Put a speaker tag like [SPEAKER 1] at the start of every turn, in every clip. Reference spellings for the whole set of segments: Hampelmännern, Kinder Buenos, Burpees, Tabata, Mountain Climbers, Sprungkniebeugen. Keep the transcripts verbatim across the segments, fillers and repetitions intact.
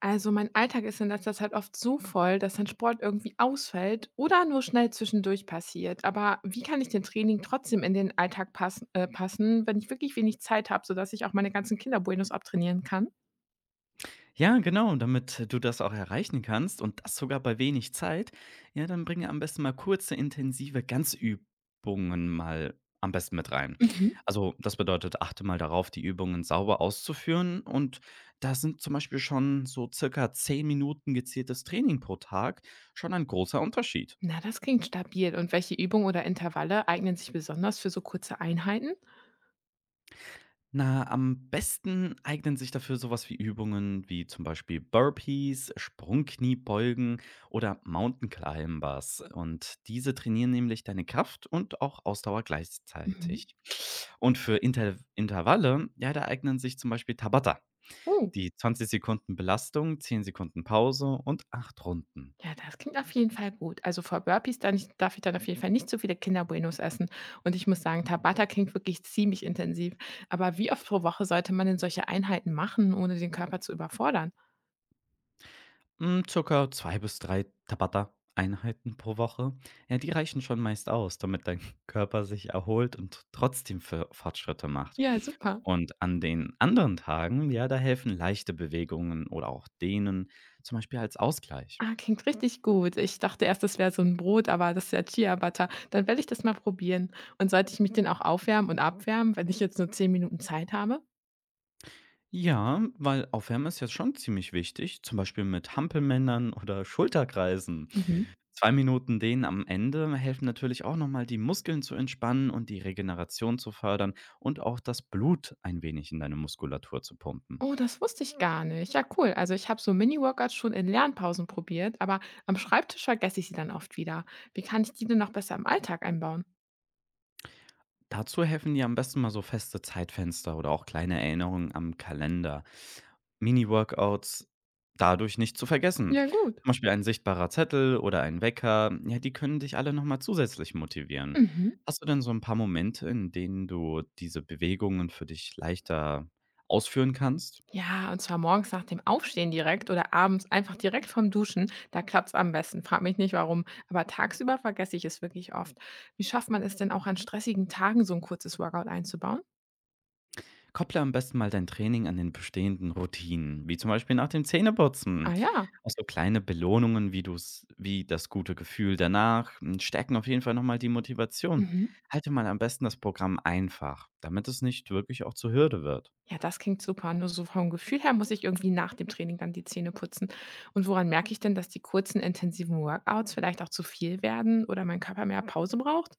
[SPEAKER 1] Also mein Alltag ist in letzter Zeit oft so voll, dass dann Sport irgendwie ausfällt oder nur schnell zwischendurch passiert. Aber wie kann ich den Training trotzdem in den Alltag pass äh, passen, wenn ich wirklich wenig Zeit habe, sodass ich auch meine ganzen Kinderbuenos abtrainieren kann?
[SPEAKER 2] Ja, genau, damit du das auch erreichen kannst und das sogar bei wenig Zeit, ja, dann bringe am besten mal kurze, intensive Ganzübungen mal am besten mit rein.
[SPEAKER 1] Mhm.
[SPEAKER 2] Also das bedeutet, achte mal darauf, die Übungen sauber auszuführen, und da sind zum Beispiel schon so circa zehn Minuten gezieltes Training pro Tag schon ein großer Unterschied.
[SPEAKER 1] Na, das klingt stabil. Und welche Übungen oder Intervalle eignen sich besonders für so kurze Einheiten?
[SPEAKER 2] Na, am besten eignen sich dafür so was wie Übungen wie zum Beispiel Burpees, Sprungkniebeugen oder Mountain Climbers. Und diese trainieren nämlich deine Kraft und auch Ausdauer
[SPEAKER 1] Mhm.
[SPEAKER 2] gleichzeitig. Und für Inter Intervalle, ja, da eignen sich zum Beispiel Tabata,
[SPEAKER 1] Oh,
[SPEAKER 2] die zwanzig Sekunden Belastung, zehn Sekunden Pause und acht Runden.
[SPEAKER 1] ja, das klingt auf jeden Fall gut. Also vor Burpees dann ich darf ich dann auf jeden Fall nicht so viele Kinder Buenos essen. Und ich muss sagen, Tabata klingt wirklich ziemlich intensiv. Aber wie oft pro Woche sollte man denn solche Einheiten machen, ohne den Körper zu überfordern?
[SPEAKER 2] Hm, circa zwei bis drei Tabata-Einheiten pro Woche. Ja, die reichen schon meist aus, damit dein Körper sich erholt und trotzdem Fo Fortschritte macht.
[SPEAKER 1] Ja,
[SPEAKER 2] Mhm.
[SPEAKER 1] super.
[SPEAKER 2] Und an den anderen Tagen, ja, da helfen leichte Bewegungen oder auch Dehnen, zum Beispiel als Ausgleich.
[SPEAKER 1] Ah, klingt richtig gut. Ich dachte erst, das wäre so ein Brot, aber das ist ja Ciabatta. Dann werde ich das mal probieren. Und sollte ich mich denn auch aufwärmen und abwärmen, wenn ich jetzt nur zehn Minuten Zeit habe?
[SPEAKER 2] Ja, weil Aufwärmen ist jetzt schon ziemlich wichtig, zum Beispiel mit Hampelmännern oder Schulterkreisen.
[SPEAKER 1] Mhm.
[SPEAKER 2] Zwei Minuten Dehnen am Ende helfen natürlich auch nochmal die Muskeln zu entspannen und die Regeneration zu fördern und auch das Blut ein wenig in deine Muskulatur zu pumpen.
[SPEAKER 1] Oh, das wusste ich gar nicht. Ja, cool. Also ich habe so Mini-Workouts schon in Lernpausen probiert, aber am Schreibtisch vergesse ich sie dann oft wieder. Wie kann ich die denn noch besser im Alltag einbauen?
[SPEAKER 2] Dazu helfen dir am besten mal so feste Zeitfenster oder auch kleine Erinnerungen am Kalender, Mini-Workouts dadurch nicht zu vergessen.
[SPEAKER 1] Ja, gut.
[SPEAKER 2] Zum Beispiel ein sichtbarer Zettel oder ein Wecker, ja, die können dich alle nochmal zusätzlich motivieren.
[SPEAKER 1] Mhm.
[SPEAKER 2] Hast du denn so ein paar Momente, in denen du diese Bewegungen für dich leichter ausführen kannst?
[SPEAKER 1] Ja, und zwar morgens nach dem Aufstehen direkt oder abends einfach direkt vom Duschen. Da klappt's am besten. Frag mich nicht warum. Aber tagsüber vergesse ich es wirklich oft. Wie schafft man es denn auch an stressigen Tagen so ein kurzes Workout einzubauen?
[SPEAKER 2] Kopple am besten mal dein Training an den bestehenden Routinen, wie zum Beispiel nach dem Zähneputzen.
[SPEAKER 1] Ah ja.
[SPEAKER 2] Auch so kleine Belohnungen, wie du's wie das gute Gefühl danach, hm, stärken auf jeden Fall noch mal die Motivation.
[SPEAKER 1] Mhm.
[SPEAKER 2] Halte mal am besten das Programm einfach, damit es nicht wirklich auch zur Hürde wird.
[SPEAKER 1] Ja, das klingt super. Nur so vom Gefühl her muss ich irgendwie nach dem Training dann die Zähne putzen. Und woran merke ich denn, dass die kurzen, intensiven Workouts vielleicht auch zu viel werden oder mein Körper mehr Pause braucht?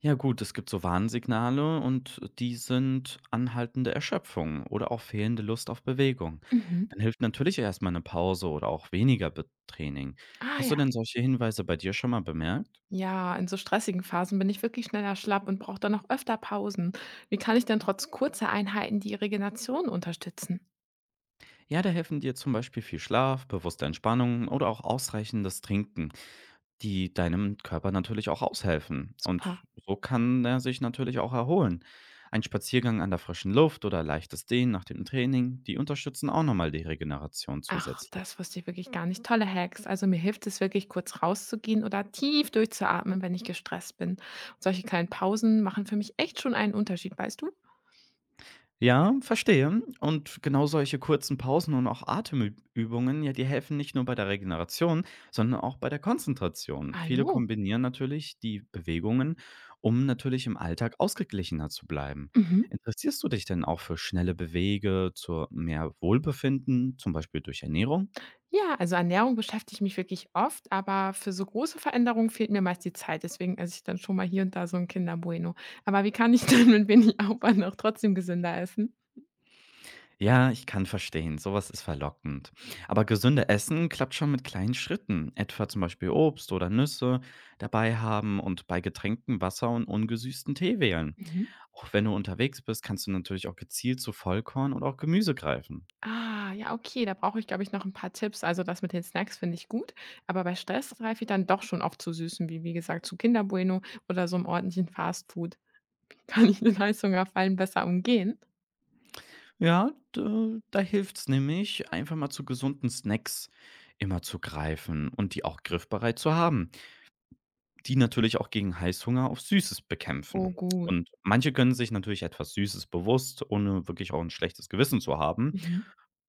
[SPEAKER 2] Ja gut, es gibt so Warnsignale, und die sind anhaltende Erschöpfung oder auch fehlende Lust auf Bewegung.
[SPEAKER 1] Mhm.
[SPEAKER 2] Dann hilft natürlich erst mal 'ne Pause oder auch weniger Be Training.
[SPEAKER 1] Ah
[SPEAKER 2] Hast
[SPEAKER 1] ja.
[SPEAKER 2] du denn solche Hinweise bei dir schon mal bemerkt?
[SPEAKER 1] Ja, in so stressigen Phasen bin ich wirklich schneller schlapp und brauche dann noch öfter Pausen. Wie kann ich denn trotz kurzer Einheiten die Regeneration unterstützen?
[SPEAKER 2] Ja, da helfen dir zum Beispiel viel Schlaf, bewusste Entspannung oder auch ausreichendes Trinken, die deinem Körper natürlich auch aushelfen.
[SPEAKER 1] Super.
[SPEAKER 2] Und so kann er sich natürlich auch erholen. Ein Spaziergang an der frischen Luft oder leichtes Dehnen nach dem Training, die unterstützen auch nochmal die Regeneration
[SPEAKER 1] Ach,
[SPEAKER 2] zusätzlich.
[SPEAKER 1] das wusste ich wirklich gar nicht. Mhm. Tolle Hacks. Also mir hilft es wirklich, kurz rauszugehen oder tief durchzuatmen, wenn ich gestresst bin. Solche kleinen Pausen machen für mich echt schon einen Unterschied, weißt du?
[SPEAKER 2] Ja, verstehe. Und genau solche kurzen Pausen und auch Atemübungen, ja, die helfen nicht nur bei der Regeneration, sondern auch bei der Konzentration.
[SPEAKER 1] Ah
[SPEAKER 2] Viele
[SPEAKER 1] jo.
[SPEAKER 2] kombinieren natürlich die Bewegungen, um natürlich im Alltag ausgeglichener zu bleiben.
[SPEAKER 1] Mhm.
[SPEAKER 2] Interessierst du dich denn auch für schnelle Bewege, zur mehr Wohlbefinden, zum Beispiel durch Ernährung?
[SPEAKER 1] Ja, also Ernährung beschäftigt mich wirklich oft, aber für so große Veränderungen fehlt mir meist die Zeit. Deswegen esse ich dann schon mal hier und da so ein Kinder Bueno. Aber wie kann ich denn mit wenig Aufwand auch trotzdem gesünder essen?
[SPEAKER 2] Ja, ich kann verstehen, sowas ist verlockend. Aber gesünder Essen klappt schon mit kleinen Schritten, etwa zum Beispiel Obst oder Nüsse dabei haben und bei Getränken Wasser und ungesüßten Tee wählen.
[SPEAKER 1] Mhm.
[SPEAKER 2] Auch wenn du unterwegs bist, kannst du natürlich auch gezielt zu Vollkorn und auch Gemüse greifen.
[SPEAKER 1] Ah, ja, okay, da brauche ich, glaube ich, noch ein paar Tipps. Also, das mit den Snacks finde ich gut, aber bei Stress greife ich dann doch schon oft zu Süßen, wie wie gesagt, zu Kinder Bueno oder so 'm ordentlichen Fastfood. Kann ich den Heißhungerfallen besser umgehen?
[SPEAKER 2] Ja, da, da hilft's nämlich, einfach mal zu gesunden Snacks immer zu greifen und die auch griffbereit zu haben, die natürlich auch gegen Heißhunger auf Süßes
[SPEAKER 1] Oh
[SPEAKER 2] bekämpfen.
[SPEAKER 1] gut.
[SPEAKER 2] Und manche können sich natürlich etwas Süßes bewusst, ohne wirklich auch ein schlechtes Gewissen zu haben.
[SPEAKER 1] Mhm.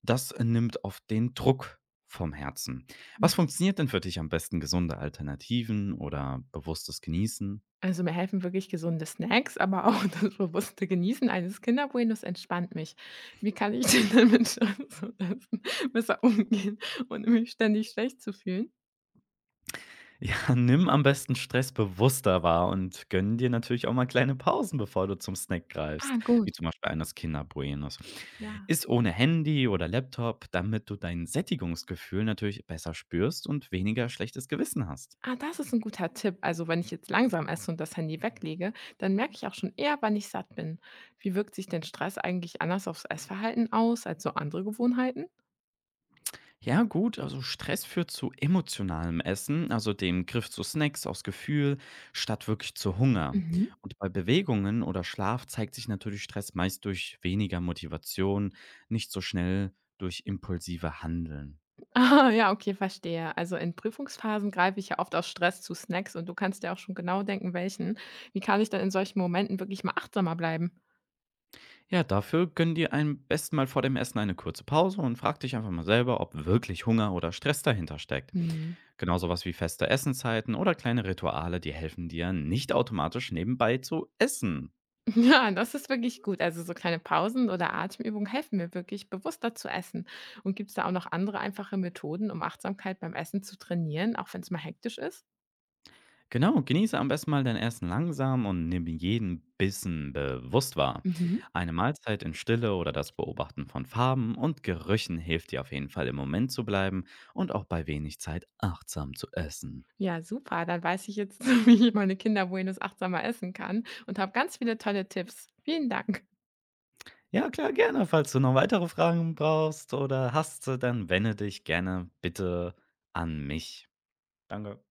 [SPEAKER 2] Das nimmt oft den Druck vom Herzen.
[SPEAKER 1] Mhm.
[SPEAKER 2] Was funktioniert denn für dich am besten, gesunde Alternativen oder bewusstes Genießen?
[SPEAKER 1] Also, mir helfen wirklich gesunde Snacks, aber auch das bewusste Genießen eines Kinder Buenos entspannt mich. Wie kann ich denn dann mit Stress und Essen besser umgehen, ohne mich ständig schlecht zu fühlen?
[SPEAKER 2] Ja, nimm am besten Stress bewusster wahr und gönn dir natürlich auch mal kleine Pausen, bevor du zum Snack greifst,
[SPEAKER 1] Ah, gut,
[SPEAKER 2] wie zum Beispiel eines Kinder Buenos.
[SPEAKER 1] ja.
[SPEAKER 2] Iss ohne Handy oder Laptop, damit du dein Sättigungsgefühl natürlich besser spürst und weniger schlechtes Gewissen hast.
[SPEAKER 1] Ah, das ist ein guter Tipp. Also, wenn ich jetzt langsam esse und das Handy weglege, dann merke ich auch schon eher, wann ich satt bin. Wie wirkt sich denn Stress eigentlich anders aufs Essverhalten aus als so andere Gewohnheiten?
[SPEAKER 2] Ja, gut, also Stress führt zu emotionalem Essen, also dem Griff zu Snacks aus Gefühl, statt wirklich zu Hunger.
[SPEAKER 1] Mhm.
[SPEAKER 2] Und bei Bewegungen oder Schlaf zeigt sich natürlich Stress meist durch weniger Motivation, nicht so schnell durch impulsive Handeln.
[SPEAKER 1] Ah, ja, okay, verstehe. Also, in Prüfungsphasen greife ich ja oft aus Stress zu Snacks und du kannst ja auch schon genau denken, welchen. Wie kann ich dann in solchen Momenten wirklich mal achtsamer bleiben?
[SPEAKER 2] Ja, dafür gönn dir am besten mal vor dem Essen eine kurze Pause und frag dich einfach mal selber, ob wirklich Hunger oder Stress dahinter steckt.
[SPEAKER 1] Mhm.
[SPEAKER 2] Genauso was wie feste Essenszeiten oder kleine Rituale, die helfen dir, nicht automatisch nebenbei zu essen.
[SPEAKER 1] Ja, das ist wirklich gut. Also so kleine Pausen oder Atemübungen helfen mir wirklich, bewusster zu essen. Und gibt es da auch noch andere einfache Methoden, um Achtsamkeit beim Essen zu trainieren, auch wenn es mal hektisch ist?
[SPEAKER 2] Genau, genieße am besten mal dein Essen langsam und nimm jeden Bissen bewusst wahr.
[SPEAKER 1] Mhm.
[SPEAKER 2] Eine Mahlzeit in Stille oder das Beobachten von Farben und Gerüchen hilft dir auf jeden Fall im Moment zu bleiben und auch bei wenig Zeit achtsam zu essen.
[SPEAKER 1] Ja, super. Dann weiß ich jetzt, wie ich meine Kinder wohin das achtsamer essen kann und habe ganz viele tolle Tipps. Vielen Dank.
[SPEAKER 2] Ja, klar, gerne. Falls du noch weitere Fragen brauchst oder hast, dann wende dich gerne bitte an mich. Danke.